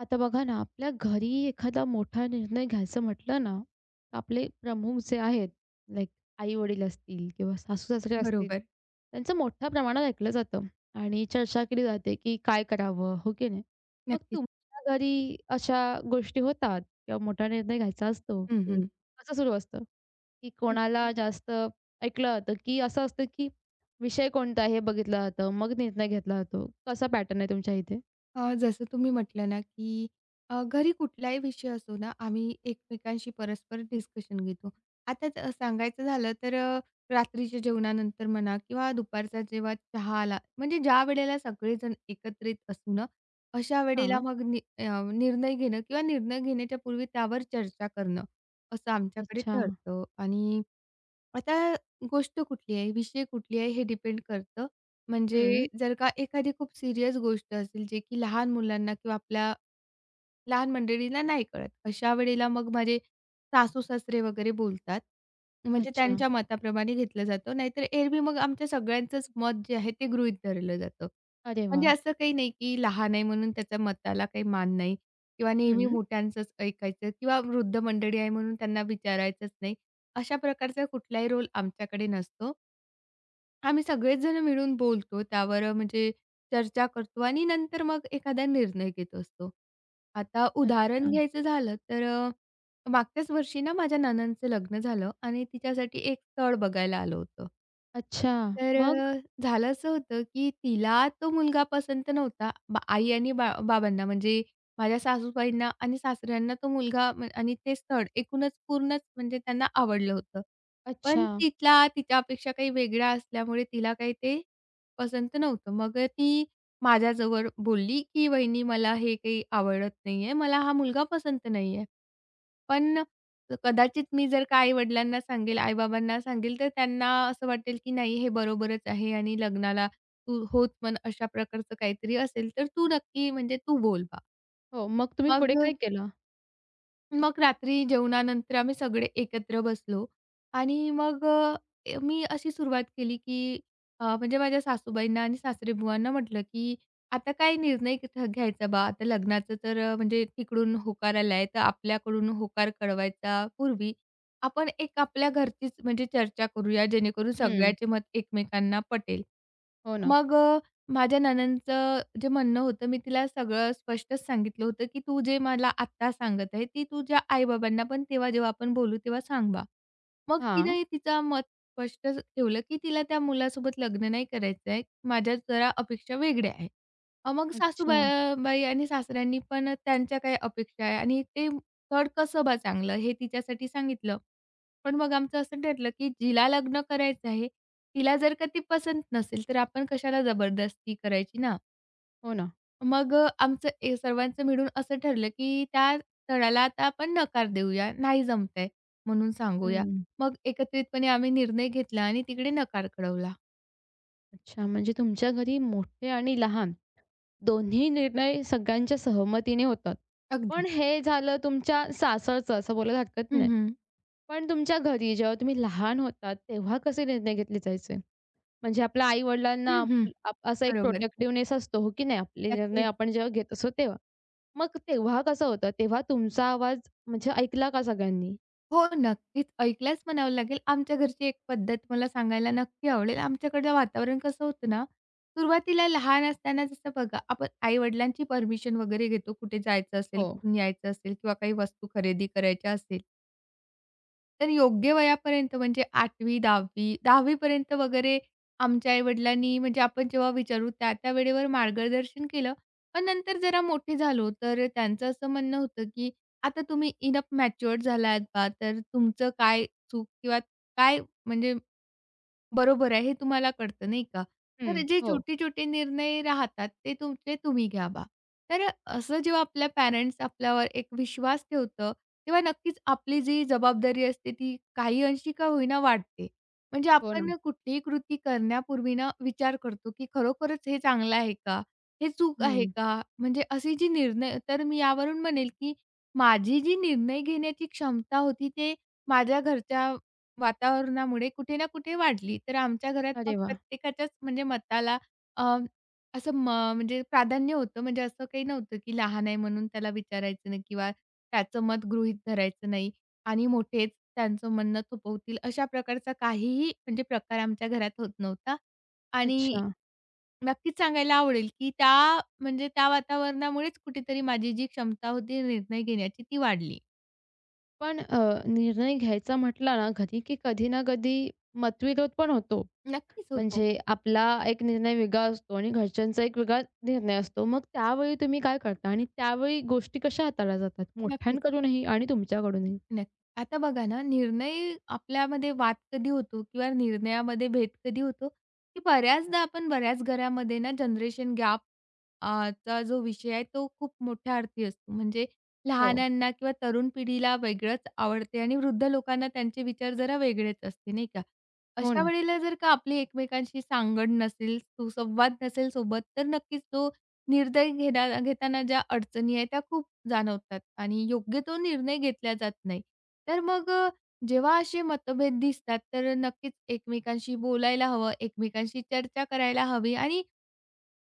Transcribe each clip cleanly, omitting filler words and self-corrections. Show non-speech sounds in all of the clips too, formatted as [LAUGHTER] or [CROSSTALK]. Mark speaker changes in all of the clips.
Speaker 1: आता बघा ना, आपल्या घरी एखादा मोठा निर्णय घ्यायचं म्हटलं ना, आपले प्रमुख जे आहेत लाइक आई-वडील असतील किंवा सासू-सासरे असतील,
Speaker 2: बरोबर.
Speaker 1: त्यांचं मोठ्या प्रमाणात ऐकलं जातं आणि चर्चा केली जाते, की काय करावं? हो की नाही? मग
Speaker 2: नक्कीच.
Speaker 1: तुमच्या घरी अशा गोष्टी होतात किंवा मोठा निर्णय घ्यायचा असतो,
Speaker 2: हं,
Speaker 1: की
Speaker 2: हं.
Speaker 1: कसं सुरू असतं? की
Speaker 2: नक्की.
Speaker 1: कोणाला जास्त ऐकलं जातं, की असं असतं, की विषय कोणता आहे हे बघितलं जातं, मग निर्णय घेतला जातो. कसा पॅटर्न आहे तुमच्या इथे?
Speaker 2: जसं तुम्ही म्हटलं ना, की घरी कुठलाही विषय असो ना, आम्ही एकमेकांशी परस्पर डिस्कशन घेतो. आता सांगायचं झालं तर रात्रीच्या जेवणानंतर म्हणा किंवा दुपारचा जेव्हा चहा आला, म्हणजे ज्या वेळेला सगळेजण एकत्रित असू ना, अशा वेळेला
Speaker 1: हां.
Speaker 2: मग निर्णय घेणं किंवा निर्णय घेण्याच्या पूर्वी त्यावर चर्चा करणं, असं आमच्याकडे
Speaker 1: अच्छा.
Speaker 2: ठरतं आणि आता गोष्ट कुठली आहे, विषय कुठली आहे हे डिपेंड करतं. म्हणजे
Speaker 1: हं.
Speaker 2: जर का एखादी खूप सीरियस गोष्ट असेल, जे की लहान मुलांना किंवा आपल्या लहान मंडळीला नाही कळत. अशा वेळेला मग माझे सासू-सासरे वगैरे बोलतात. म्हणजे
Speaker 1: अच्छा.
Speaker 2: त्यांच्या मताप्रमाणे घेतलं जातं. नाहीतर एरवी मग आमच्या सगळ्यांचंच मत जे आहे ते गृहीत धरलं जातं.
Speaker 1: अरे
Speaker 2: म्हणजे
Speaker 1: वाह!
Speaker 2: असं काही नाही की लहान आहे म्हणून त्याच्या मताला काही मान नाही किंवा नेहमी
Speaker 1: हं.
Speaker 2: मोठ्यांचंच ऐकायचं किंवा वृद्ध मंडळी आहे म्हणून त्यांना विचारायचंच नाही. अशा प्रकारचा कुठलाही रोल आमच्याकडे नसतो. आम्ही सगळेच जण मिळून बोलतो, त्यावर म्हणजे चर्चा करतो आणि नंतर मग एखादा निर्णय घेत असतो. आता उदाहरण
Speaker 1: अच्छा.
Speaker 2: घ्यायचं झालं तर मागच्याच वर्षी ना माझ्या नणंदचं लग्न झालं आणि तिच्यासाठी एक स्थळ बघायला आलं होतं.
Speaker 1: अच्छा.
Speaker 2: तर
Speaker 1: मग?
Speaker 2: झालं असं होतं, की तिला तो मुलगा पसंत नव्हता. आई आणि बाबांना म्हणजे माझ्या सासूबाईंना आणि सासऱ्यांना तो मुलगा आणि ते स्थळ एकूणच पूर्णच म्हणजे त्यांना आवडलं होतं. पण
Speaker 1: अच्छा.
Speaker 2: तिथला तिच्यापेक्षा काही वेगळा असल्यामुळे तिला काही ते पसंत नव्हतं. मग ती माझ्याजवळ बोलली, की "वहिनी मला हे काही आवडत नाहीये. मला हा मुलगा पसंत नाहीये." पण कदाचित मी जर का आई-वडिलांना सांगेल, आई-बाबांना सांगेल, तर त्यांना असं वाटेल, की नाही हे बरोबरच आहे आणि लग्नाला तू होत पण अशा प्रकारचं काहीतरी असेल, तर तू नक्की म्हणजे तू बोल बा.
Speaker 1: हो, मग तुम्ही पुढे काय
Speaker 2: मग
Speaker 1: केलं?
Speaker 2: मग रात्री जेवणानंतर आम्ही सगळे एकत्र बसलो आणि मग मी अशी सुरुवात केली, की म्हणजे माझ्या सासूबाईंना आणि सासरेबुवांना म्हटलं, की "आता काय निर्णय घ्यायचा बा? आता लग्नाचं तर म्हणजे तिकडून होकार आलाय, तर आपल्याकडून होकार कळवायचा पूर्वी आपण एक आपल्या घरचीच म्हणजे चर्चा करूया, जेणेकरून
Speaker 1: हं.
Speaker 2: सगळ्याचे मत एकमेकांना पटेल."
Speaker 1: हो ना.
Speaker 2: मग माझ्या नणंदचं जे म्हणणं होतं, मी तिला सगळं स्पष्टच सांगितलं होतं, की "तू जे मला आत्ता सांगत आहे, ते तुझ्या आई-बाबांना पण तेव्हा जेव्हा आपण बोलू तेव्हा सांग बा." मग
Speaker 1: हां.
Speaker 2: तिने तिचा मत स्पष्ट ठेवलं, की तिला त्या मुलासोबत लग्न नाही करायचं आहे. माझ्या जरा अपेक्षा वेगळ्या आहेत. मग
Speaker 1: अच्छा.
Speaker 2: बाई आणि सासऱ्यांनी पण त्यांच्या काही अपेक्षा आहे आणि ते स्थळ कसं बा चांगलं हे तिच्यासाठी सांगितलं. पण मग आमचं असं ठरलं, की जिला लग्न करायचं आहे, तिला जर का ती पसंत नसेल, तर आपण कशाला जबरदस्ती करायची ना.
Speaker 1: हो ना.
Speaker 2: मग आमचं सर्वांचं मिळून असं ठरलं, की त्या स्थळाला आता आपण नकार देऊया, नाही जमतंय म्हणून सांगूया.
Speaker 1: हं.
Speaker 2: मग एकत्रितपणे आम्ही निर्णय घेतला आणि तिकडे नकार कळवला.
Speaker 1: अच्छा. म्हणजे तुमच्या घरी मोठे आणि लहान दोन्ही निर्णय सगळ्यांच्या सहमतीने होतात.
Speaker 2: अगदी.
Speaker 1: पण हे झालं तुमच्या सासरचं असं बोलायला हरकत
Speaker 2: हं,
Speaker 1: नाही.
Speaker 2: हं.
Speaker 1: पण तुमच्या घरी जेव्हा तुम्ही लहान होतात, तेव्हा कसे निर्णय घेतले जायचे? म्हणजे आपल्या आई-वडिलांना
Speaker 2: हं, हं.
Speaker 1: असा एक
Speaker 2: बरोबर.
Speaker 1: प्रोटेक्टिव्हनेस असतो, हो की नाही? आपले निर्णय
Speaker 2: नक्कीच.
Speaker 1: आपण जेव्हा घेत असतो तेव्हा. मग तेव्हा कसं होतं? तेव्हा तुमचा आवाज म्हणजे ऐकला का सगळ्यांनी?
Speaker 2: हो, नक्कीच ऐकल्याच म्हणावं लागेल. आमच्या घरची एक पद्धत मला सांगायला नक्की आवडेल. आमच्याकडचं वातावरण कसं होतं ना, सुरुवातीला लहान असताना जसं बघा, आपण आई-वडिलांची परमिशन वगैरे घेतो, कुठे जायचं असेल,
Speaker 1: हो.
Speaker 2: कुठून यायचं असेल किंवा काही वस्तू खरेदी करायच्या असेल. तर योग्य वयापर्यंत म्हणजे 8वी-10वी पर्यंत वगैरे आमच्या आई-वडिलांनी म्हणजे आपण जेव्हा विचारू त्या-त्या वेळेवर मार्गदर्शन केलं. पण नंतर जरा मोठे झालो, तर त्यांचं असं म्हणणं होतं, की "आता तुम्ही इनफ मॅच्युअर्ड झालात बा, तर तुमचं काय चूक किंवा काय म्हणजे बरोबर आहे, हे तुम्हाला कळतं नाही का? तर
Speaker 1: हं.
Speaker 2: जे
Speaker 1: हो.
Speaker 2: छोटे-छोटे निर्णय राहतात ते तुमचे तुम्ही घ्यावा. तर असं जेव्हा आपल्या पॅरेंट्स आपल्यावर एक विश्वास ठेवतं, तेव्हा नक्कीच आपली जी जबाबदारी असते ती काही अंशी का होईना वाढते. म्हणजे
Speaker 1: हो ना.
Speaker 2: आपण कुठलीही कृती करण्यापूर्वी ना विचार करतो, की खरोखरच हे चांगलं आहे का? हे चूक आहे
Speaker 1: हं.
Speaker 2: का? म्हणजे असे जे निर्णय तर मी यावरून म्हणेल, की माझी जी निर्णय घेण्याची क्षमता होती ते माझ्या घरच्या वातावरणामुळे कुठे ना कुठे वाढली. तर आमच्या घरात मग
Speaker 1: अरे वाह!
Speaker 2: प्रत्येकाच्याच म्हणजे मताला अ, असं म्हणजे प्राधान्य होतं. म्हणजे असं काही नव्हतं, की लहान आहे म्हणून त्याला विचारायचं नाही किंवा त्याचं मत गृहीत धरायचं नाही आणि मोठेच त्यांचं म्हणणं थोपवतील अशा प्रकारचा काहीही म्हणजे प्रकार आमच्या घरात होत नव्हता. आणि
Speaker 1: अच्छा.
Speaker 2: नक्कीच सांगायला आवडेल, की त्या म्हणजे त्या वातावरणामुळेच कुठेतरी माझी जी क्षमता होती निर्णय घेण्याची ती वाढली.
Speaker 1: पण निर्णय घ्यायचा म्हटला ना घरी की कधी ना कधी मतविरोध पण होतो.
Speaker 2: नक्कीच होतो.
Speaker 1: म्हणजे आपला एक निर्णय वेगळा असतो आणि घरच्यांचा एक वेगळा निर्णय असतो. मग त्यावेळी तुम्ही काय करता? आणि त्यावेळी गोष्टी कशा हाताळल्या जातात?
Speaker 2: नक्कीच.
Speaker 1: मोठ्यांकडूनही आणि तुमच्याकडूनही?
Speaker 2: नक्की. आता बघा ना, निर्णय आपल्यामध्ये वाद कधी होतो किंवा निर्णयामध्ये भेद कधी होतो, की बऱ्याचदा आपण बऱ्याच घरामध्ये ना जनरेशन गॅप चा जो विषय आहे तो खूप मोठ्या अर्थी असतो. म्हणजे
Speaker 1: हो.
Speaker 2: लहानांना किंवा तरुण पिढीला वेगळंच आवडते आणि वृद्ध लोकांना त्यांचे विचार जरा वेगळेच असते, नाही का?
Speaker 1: हो
Speaker 2: अशा
Speaker 1: ना.
Speaker 2: वेळेला जर का आपली एकमेकांशी सांगड नसेल, सुसंवाद नसेल सोबत, तर नक्कीच तो निर्णय घेताना ज्या अडचणी आहेत त्या खूप जाणवतात आणि योग्य तो निर्णय घेतला जात नाही. तर मग जेव्हा असे मतभेद दिसतात तर नक्कीच एकमेकांशी बोलायला हवं, एकमेकांशी चर्चा करायला हवी आणि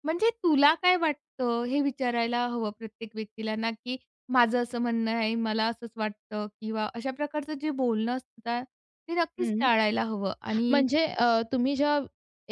Speaker 2: म्हणजे तुला काय वाटतं हे विचारायला हवं प्रत्येक व्यक्तीला ना, की माझं असं म्हणणं आहे, मला असंच वाटतं किंवा अशा प्रकारचं जे बोलणं असतं ते नक्कीच
Speaker 1: हं.
Speaker 2: टाळायला हवं आणि
Speaker 1: म्हणजे तुम्ही ज्या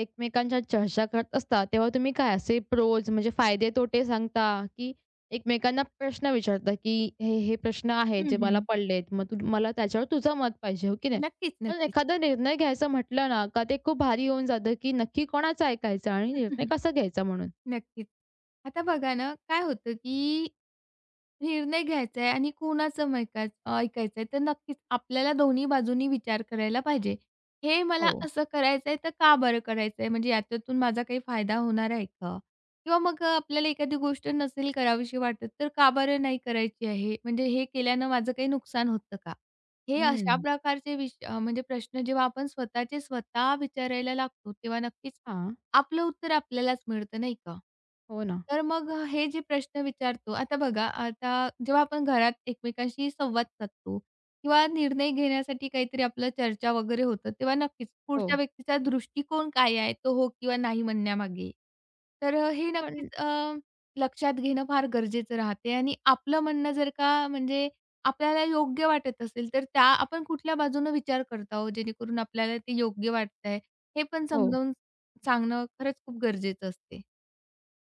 Speaker 1: एकमेकांच्या चर्चा करत असता, तेव्हा तुम्ही काय असे प्रोज म्हणजे फायदे-तोटे सांगता, की एकमेकांना प्रश्न विचारता, की हे प्रश्न आहेत
Speaker 2: हं,
Speaker 1: जे मला
Speaker 2: हं.
Speaker 1: पडलेत, मग तू मला त्याच्यावर तुझं मत पाहिजे, हो की नाही?
Speaker 2: नक्कीच,
Speaker 1: पण
Speaker 2: नक्कीच.
Speaker 1: एखादा निर्णय घ्यायचा म्हटलं ना, का ते खूप भारी होऊन जातं, की नक्की कोणाचं ऐकायचं आणि निर्णय
Speaker 2: [LAUGHS]
Speaker 1: कसा घ्यायचा म्हणून.
Speaker 2: नक्कीच. आता बघा ना, काय होतं की निर्णय घ्यायचा आहे आणि कोणाचं मैकाच ऐकायचं आहे, तर नक्कीच आपल्याला दोन्ही बाजूंनी विचार करायला पाहिजे. हे मला
Speaker 1: हो.
Speaker 2: असं करायचं तर का बरं करायचं म्हणजे याच्यातून माझा काही फायदा होणार आहे का? किंवा मग आपल्याला एखादी गोष्ट नसेल करावीशी वाटत, तर का बरं नाही करायची आहे? म्हणजे हे केल्यानं माझं काही नुकसान होतं का? हे अशा
Speaker 1: हं.
Speaker 2: प्रकारचे म्हणजे प्रश्न जेव्हा आपण स्वतःचे स्वतः विचारायला लागतो, तेव्हा नक्कीच
Speaker 1: हां.
Speaker 2: आपलं उत्तर आपल्यालाच मिळतं, नाही का?
Speaker 1: हो ना.
Speaker 2: तर मग हे जे प्रश्न विचारतो आता बघा, आता जेव्हा आपण घरात एकमेकांशी संवाद साधतो किंवा निर्णय घेण्यासाठी काहीतरी आपलं चर्चा वगैरे होतं, तेव्हा नक्कीच
Speaker 1: हो.
Speaker 2: पुढच्या व्यक्तीचा दृष्टिकोन काय आहे, तो हो किंवा नाही म्हणण्यामागे. तर हे
Speaker 1: पण
Speaker 2: नक्कीच लक्षात घेणं फार गरजेचं राहते आणि आपलं म्हणणं जर का म्हणजे आपल्याला योग्य वाटत असेल, तर त्या आपण कुठल्या बाजूनं विचार करत आहोत, जेणेकरून आपल्याला ते योग्य वाटतंय, हे पण
Speaker 1: हो.
Speaker 2: समजावून सांगणं खरंच खूप गरजेचं असते.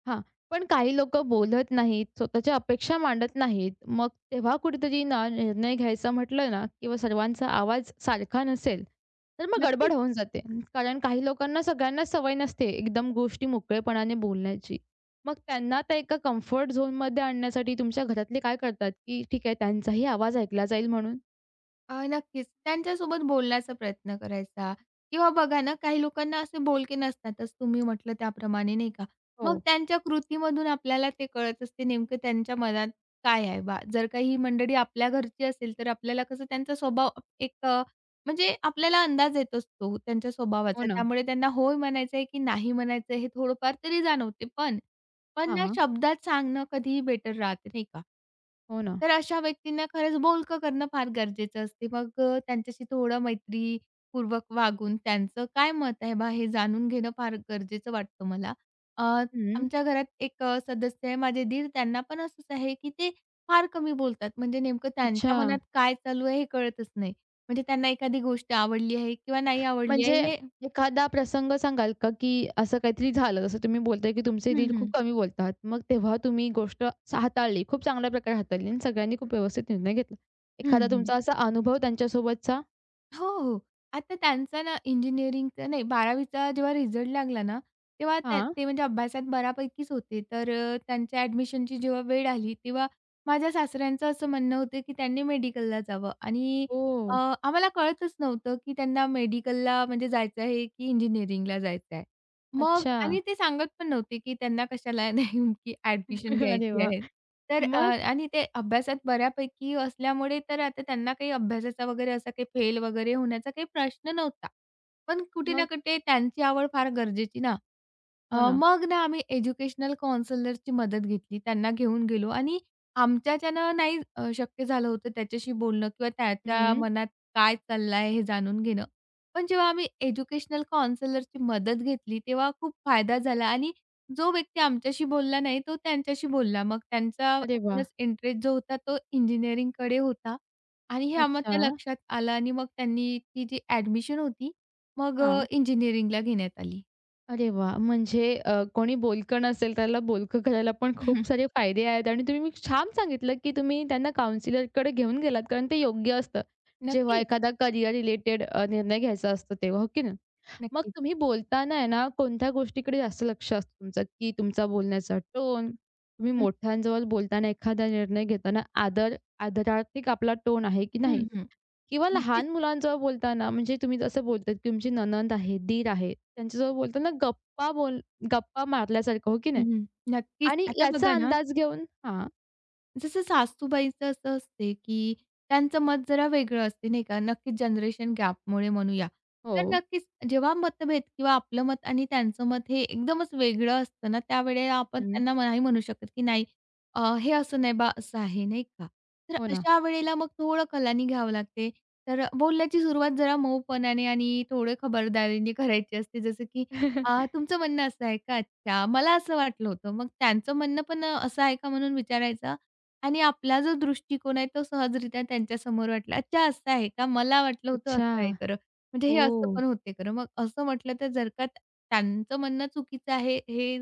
Speaker 1: हां. पण काही लोकं बोलत नाहीत, स्वतःच्या अपेक्षा मांडत नाहीत. मग तेव्हा कुठेतरी ना निर्णय घ्यायचा म्हटलं ना किंवा सर्वांचा आवाज सारखा नसेल, तर मग गडबड
Speaker 2: नक्कीच.
Speaker 1: होऊन जाते. कारण काही लोकांना सगळ्यांना सवय नसते एकदम गोष्टी मोकळेपणाने बोलण्याची. मग त्यांना त्या एका कम्फर्ट झोनमध्ये आणण्यासाठी तुमच्या घरातले काय करतात, की ठीक आहे त्यांचाही आवाज ऐकला जाईल म्हणून?
Speaker 2: नक्कीच. त्यांच्यासोबत बोलण्याचा प्रयत्न करायचा किंवा बघा ना, काही लोकांना असे बोलके नसतातच तुम्ही म्हटलं त्याप्रमाणे नाही का? मग
Speaker 1: हो.
Speaker 2: त्यांच्या कृतीमधून आपल्याला ते कळत असते नेमकं त्यांच्या मनात काय आहे बा. जर का ही मंडळी आपल्या घरची असेल तर आपल्याला कसं त्यांचा स्वभाव एक म्हणजे आपल्याला अंदाज येत असतो त्यांच्या
Speaker 1: हो
Speaker 2: स्वभावाचा.
Speaker 1: ना.
Speaker 2: त्यामुळे त्यांना होय म्हणायचं आहे की नाही म्हणायचं आहे हे थोडंफार तरी जाणवते. पण पण ना
Speaker 1: हां.
Speaker 2: शब्दात सांगणं कधीही बेटर राहते, नाही का?
Speaker 1: हो ना.
Speaker 2: तर अशा व्यक्तींना खरंच बोलकं करणं फार गरजेचं असते. मग त्यांच्याशी थोडं मैत्रीपूर्वक वागून त्यांचं काय मत आहे बा हे जाणून घेणं फार गरजेचं वाटतं मला. अ,
Speaker 1: हं.
Speaker 2: आमच्या घरात एक सदस्य आहे माझे दीर, त्यांना पण असंच आहे, की ते फार कमी बोलतात. म्हणजे नेमकं
Speaker 1: अच्छा.
Speaker 2: त्यांच्या मनात काय चालू आहे हे कळतच नाही. म्हणजे त्यांना एखादी गोष्ट आवडली आहे किंवा नाही आवडली आहे
Speaker 1: म्हणजे
Speaker 2: हे
Speaker 1: एखादा प्रसंग सांगाल का, की असं काहीतरी झालं, जसं तुम्ही बोलताय, की तुमचे दीर
Speaker 2: हं, हं.
Speaker 1: खूप कमी बोलतात. मग तेव्हा तुम्ही गोष्ट हाताळली, खूप चांगल्या प्रकारे हाताळली आणि सगळ्यांनी खूप व्यवस्थित निर्णय घेतला.
Speaker 2: हं,
Speaker 1: एखादा
Speaker 2: हं.
Speaker 1: तुमचा असा अनुभव त्यांच्यासोबतचा?
Speaker 2: हो, हो. आता त्यांचा ना इंजिनिअरिंगचा नाही 12वीचा जेव्हा रिझल्ट लागला ना, तेव्हा
Speaker 1: हां.
Speaker 2: ते म्हणजे अभ्यासात बऱ्यापैकीच होते. तर त्यांच्या ॲडमिशनची जेव्हा वेळ आली, तेव्हा माझ्या सासऱ्यांचं असं म्हणणं होतं, की त्यांनी मेडिकलला जावं आणि
Speaker 1: ओह!
Speaker 2: अ, आम्हाला कळतच नव्हतं, की त्यांना मेडिकलला म्हणजे जायचं आहे, की इंजिनिअरिंगला जायचं आहे. मग
Speaker 1: अच्छा.
Speaker 2: आणि ते सांगत पण नव्हते, की त्यांना कशाला [LAUGHS] नेमकी ॲडमिशन
Speaker 1: [LAUGHS] अरे
Speaker 2: घ्यायची
Speaker 1: वाह!
Speaker 2: आहे. तर
Speaker 1: मग?
Speaker 2: आणि ते अभ्यासात बऱ्यापैकी असल्यामुळे तर आता त्यांना काही अभ्यासाचा वगैरे असा काही फेल वगैरे होण्याचा काही प्रश्न नव्हता. पण कुठे ना
Speaker 1: मग?
Speaker 2: कुठे त्यांची आवड फार गरजेची ना.
Speaker 1: हो ना.
Speaker 2: मग ना आम्ही एज्युकेशनल काउन्सिलरची मदत घेतली. त्यांना घेऊन गेलो आणि आमच्याच्यानं नाही शक्य झालं होतं त्याच्याशी बोलणं किंवा त्याच्या
Speaker 1: हं.
Speaker 2: मनात काय चाललं आहे हे जाणून घेणं. पण जेव्हा आम्ही एज्युकेशनल काउन्सिलरची मदत घेतली, तेव्हा खूप फायदा झाला आणि जो व्यक्ती आमच्याशी बोलला नाही, तो त्यांच्याशी बोलला. मग त्यांचा
Speaker 1: अरे वाह!
Speaker 2: एकूणच इंटरेस्ट जो होता, तो इंजिनिअरिंगकडे होता आणि हे
Speaker 1: अच्छा.
Speaker 2: आम्हाला लक्षात आलं आणि मग त्यांनी ती जी ॲडमिशन होती, मग
Speaker 1: हां.
Speaker 2: इंजिनिअरिंगला घेण्यात आली.
Speaker 1: अरे वाह! म्हणजे कोणी बोलकं नसेल त्याला बोलकं करायला पण खूप सारे
Speaker 2: [LAUGHS]
Speaker 1: फायदे आहेत आणि तुम्ही छान सांगितलं, की तुम्ही त्यांना काउंसलरकडे घेऊन गेलात कारण ते योग्य असतं. जेव्हा
Speaker 2: नक्कीच.
Speaker 1: एखादा करियर रिलेटेड निर्णय घ्यायचा असतो तेव्हा, हो की नाही? मग
Speaker 2: नक्कीच.
Speaker 1: तुम्ही बोलताना आहे ना, कोणत्या गोष्टीकडे जास्त लक्ष असतं तुमचं, की तुमचा बोलण्याचा टोन, तुम्ही
Speaker 2: हं,
Speaker 1: मोठ्यांजवळ बोलताना एखादा निर्णय घेताना आदर आदरार्थी आपला टोन आहे की
Speaker 2: हं,
Speaker 1: नाही?
Speaker 2: हं.
Speaker 1: किंवा
Speaker 2: नक्कीच.
Speaker 1: लहान मुलांजवळ बोलताना म्हणजे तुम्ही जसं बोलतात, की तुमची नणंद आहे, दीर आहे, त्यांच्याजवळ बोलताना गप्पा मारल्यासारखं, हो की
Speaker 2: हं,
Speaker 1: नाही?
Speaker 2: हं. नक्कीच.
Speaker 1: आणि
Speaker 2: आता
Speaker 1: याचा
Speaker 2: बघा ना,
Speaker 1: अंदाज घेऊन हां.
Speaker 2: जसं सासूबाईचं असं असते, की त्यांचं मत जरा वेगळं असते, नाही का? नक्कीच जनरेशन गॅपमुळे म्हणूया.
Speaker 1: हो.
Speaker 2: तर नक्कीच जेव्हा मतभेद किंवा आपलं मत आणि त्यांचं मत हे एकदमच वेगळं असतं ना, त्यावेळेला आपण
Speaker 1: हं.
Speaker 2: त्यांना नाही म्हणू शकत, की नाही हे असं नाही बा, असं आहे, नाही का? तर
Speaker 1: हो ना.
Speaker 2: अशा वेळेला मग थोडं कलानी घ्यावं लागते. तर बोलण्याची सुरुवात जरा मऊपणाने आणि थोडं खबरदारीने करायची असते. जसं की
Speaker 1: [LAUGHS]
Speaker 2: "तुमचं म्हणणं असं आहे का? अच्छा, मला असं वाटलं होतं." मग त्यांचं म्हणणं पण असं आहे का म्हणून विचारायचं आणि आपला जो दृष्टिकोन आहे तो सहजरित्या त्यांच्यासमोर वाटला, "अच्छा असं आहे का? मला वाटलं होतं
Speaker 1: अच्छा.
Speaker 2: असं आहे खरं." म्हणजे हे असं
Speaker 1: ओह!
Speaker 2: पण होते खरं. मग असं म्हटलं तर जर का त्यांचं म्हणणं चुकीचं आहे, हे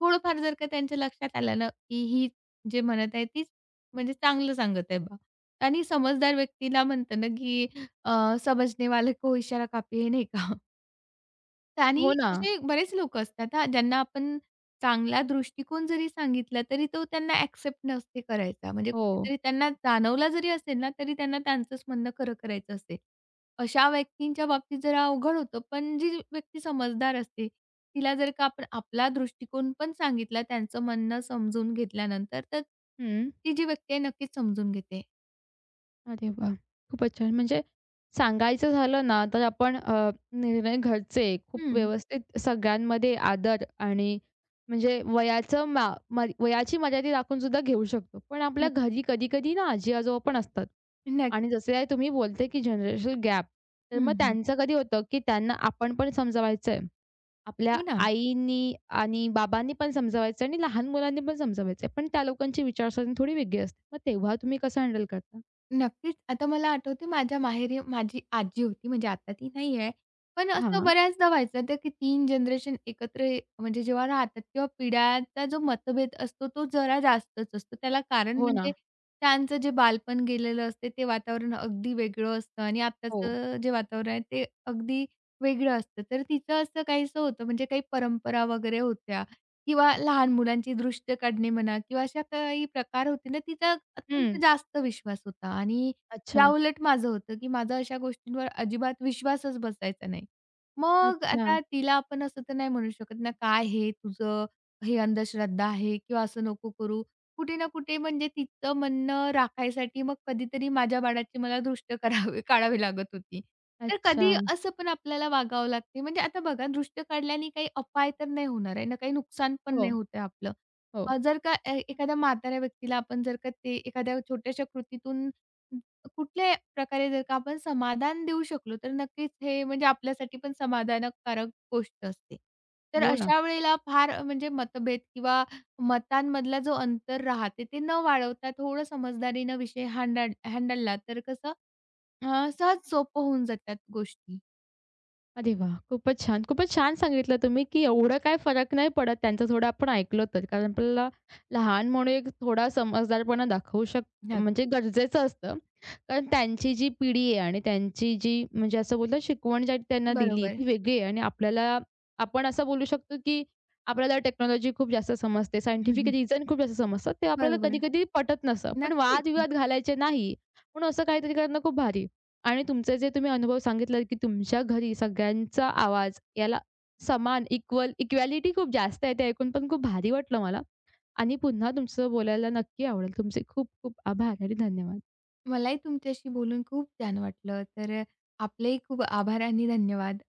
Speaker 2: थोडंफार जर का त्यांच्या लक्षात आलं ना, की ही जे म्हणत आहे तीच म्हणजे चांगलं सांगत आहे बा. आणि समजदार व्यक्तीला म्हणतं ना, की "समझने वाले को इशारा काफी है." नाही का?
Speaker 1: हो
Speaker 2: आणि
Speaker 1: ना.
Speaker 2: असे बरेच लोकं असतात हां, ज्यांना आपण चांगला दृष्टिकोन जरी सांगितला, तरी तो त्यांना एक्सेप्ट नसते करायचा. म्हणजे
Speaker 1: हो.
Speaker 2: कुठेतरी त्यांना जाणवला जरी असेल ना, तरी त्यांना त्यांचंच म्हणणं खरं करायचं असते. अशा व्यक्तींच्या बाबतीत जरा अवघड होतं, पण जी व्यक्ती समजदार असते, तिला जर का आपण आपला दृष्टिकोन पण सांगितला त्यांचं म्हणणं समजून घेतल्यानंतर, तर
Speaker 1: हं.
Speaker 2: ती जी व्यक्ती आहे नक्कीच समजून घेते.
Speaker 1: अरे वाह! खूपच छान. म्हणजे सांगायचं झालं ना, तर आपण निर्णय घरचे खूप
Speaker 2: हं.
Speaker 1: व्यवस्थित सगळ्यांमध्ये आदर आणि म्हणजे वयाचं मा म वयाची मर्यादा राखून सुद्धा घेऊ शकतो. पण आपल्या
Speaker 2: नक्कीच.
Speaker 1: घरी कधी-कधी ना आजी-आजोबा पण असतात आणि
Speaker 2: नक्कीच.
Speaker 1: जसे आहे तुम्ही बोलते, की जनरेशनल गॅप. तर मग
Speaker 2: हं, हं.
Speaker 1: त्यांचं कधी होतं, की त्यांना आपण पण समजावायचं आहे. आपल्या
Speaker 2: हो ना.
Speaker 1: आईनी आणि बाबांनी पण समजावायचं आणि लहान मुलांनी पण समजावायचं पण त्या लोकांची विचारसरणी थोडी वेगळी असते. मग तेव्हा तुम्ही कसं हँडल करता?
Speaker 2: नक्कीच. आता मला आठवते माझ्या माहेरी माझी आजी होती, म्हणजे आता ती नाही आहे. पण असं बऱ्याचदा व्हायचं ते की 3 जनरेशन एकत्र म्हणजे जेव्हा राहतात किंवा पिढ्यांचा जो मतभेद असतो तो जरा जास्तच असतो. त्याला कारण
Speaker 1: हो
Speaker 2: म्हणजे
Speaker 1: ना.
Speaker 2: त्यांचं जे बालपण गेलेलं असते ते वातावरण अगदी वेगळं असतं आणि
Speaker 1: हो.
Speaker 2: आत्ताचं जे वातावरण आहे ते अगदी वेगळं असतं. तर तिचं असं काहीसं होतं म्हणजे काही परंपरा वगैरे होत्या. किंवा लहान मुलांची दृश्य काढणे म्हणा किंवा अशा काही प्रकार होते ना, तिचा
Speaker 1: हं.
Speaker 2: अत्यंत जास्त विश्वास होता आणि
Speaker 1: अच्छा,
Speaker 2: याउलट माझं होतं, की माझा अशा गोष्टींवर अजिबात विश्वासच बसायचा नाही. मग
Speaker 1: अच्छा,
Speaker 2: आता तिला आपण असं तर नाही म्हणू शकत ना, "काय हे तुझं, हे अंधश्रद्धा आहे किंवा असं नको करू." कुठे ना कुठे म्हणजे तिचं म्हणणं राखायसाठी मग कधीतरी माझ्या बाळाची मला दृष्ट काढावी लागत होती. तर
Speaker 1: अच्छा.
Speaker 2: कधी असं पण आपल्याला वागावं लागते. म्हणजे आता बघा दृश्य काढल्याने काही अपाय तर नाही होणार आहे ना, काही नुकसान पण
Speaker 1: हो,
Speaker 2: नाही होत आहे आपलं.
Speaker 1: हो.
Speaker 2: जर का एखाद्या म्हाताऱ्या व्यक्तीला आपण जर का ते एखाद्या छोट्याशा कृतीतून कुठल्याही प्रकारे जर का आपण समाधान देऊ शकलो, तर नक्कीच हे म्हणजे आपल्यासाठी पण समाधानकारक गोष्ट असते. तर
Speaker 1: हो ना.
Speaker 2: अशा वेळेला फार म्हणजे मतभेद किंवा मतांमधला जो अंतर राहते, ते न वाढवता थोडं समजदारीनं विषय हँडलला तर कसं सहज सोपं होऊन जातात गोष्टी.
Speaker 1: अरे वाह! खूपच छान. खूपच छान सांगितलं तुम्ही, की एवढं काही फरक नाही पडत त्यांचं थोडं आपण ऐकलं तर. कारण आपल्याला लहान म्हणून एक थोडा समजदारपणा दाखवू म्हणजे
Speaker 2: नक्कीच.
Speaker 1: गरजेचं असतं. कारण त्यांची जी पिढी आहे आणि त्यांची जी म्हणजे असं बोलतात शिकवण ज्या त्यांना दिली
Speaker 2: बरोबर.
Speaker 1: ती वेगळी आहे आणि आपल्याला आपण असं बोलू शकतो, की आपल्याला टेक्नॉलॉजी खूप जास्त समजते,
Speaker 2: हं,
Speaker 1: सायंटिफिक
Speaker 2: हं.
Speaker 1: रिझन खूप जास्त समजतात. ते आपल्याला
Speaker 2: बरोबर.
Speaker 1: कधी-कधी पटत नसतं. पण
Speaker 2: नक्कीच.
Speaker 1: वादविवाद घालायचे नाही म्हणून असं काहीतरी करणं खूप भारी. आणि तुमचे जे तुम्ही अनुभव सांगितलात, की तुमच्या घरी सगळ्यांचा आवाज याला समान, इक्वल इक्वॅलिटी खूप जास्त आहे. ते ऐकून पण खूप भारी वाटलं मला आणि पुन्हा तुमचं बोलायला नक्की आवडेल. तुमचे खूप खूप आभार आणि धन्यवाद.
Speaker 2: मलाही तुमच्याशी बोलून खूप छान वाटलं. तर आपलेही खूप आभार आणि धन्यवाद.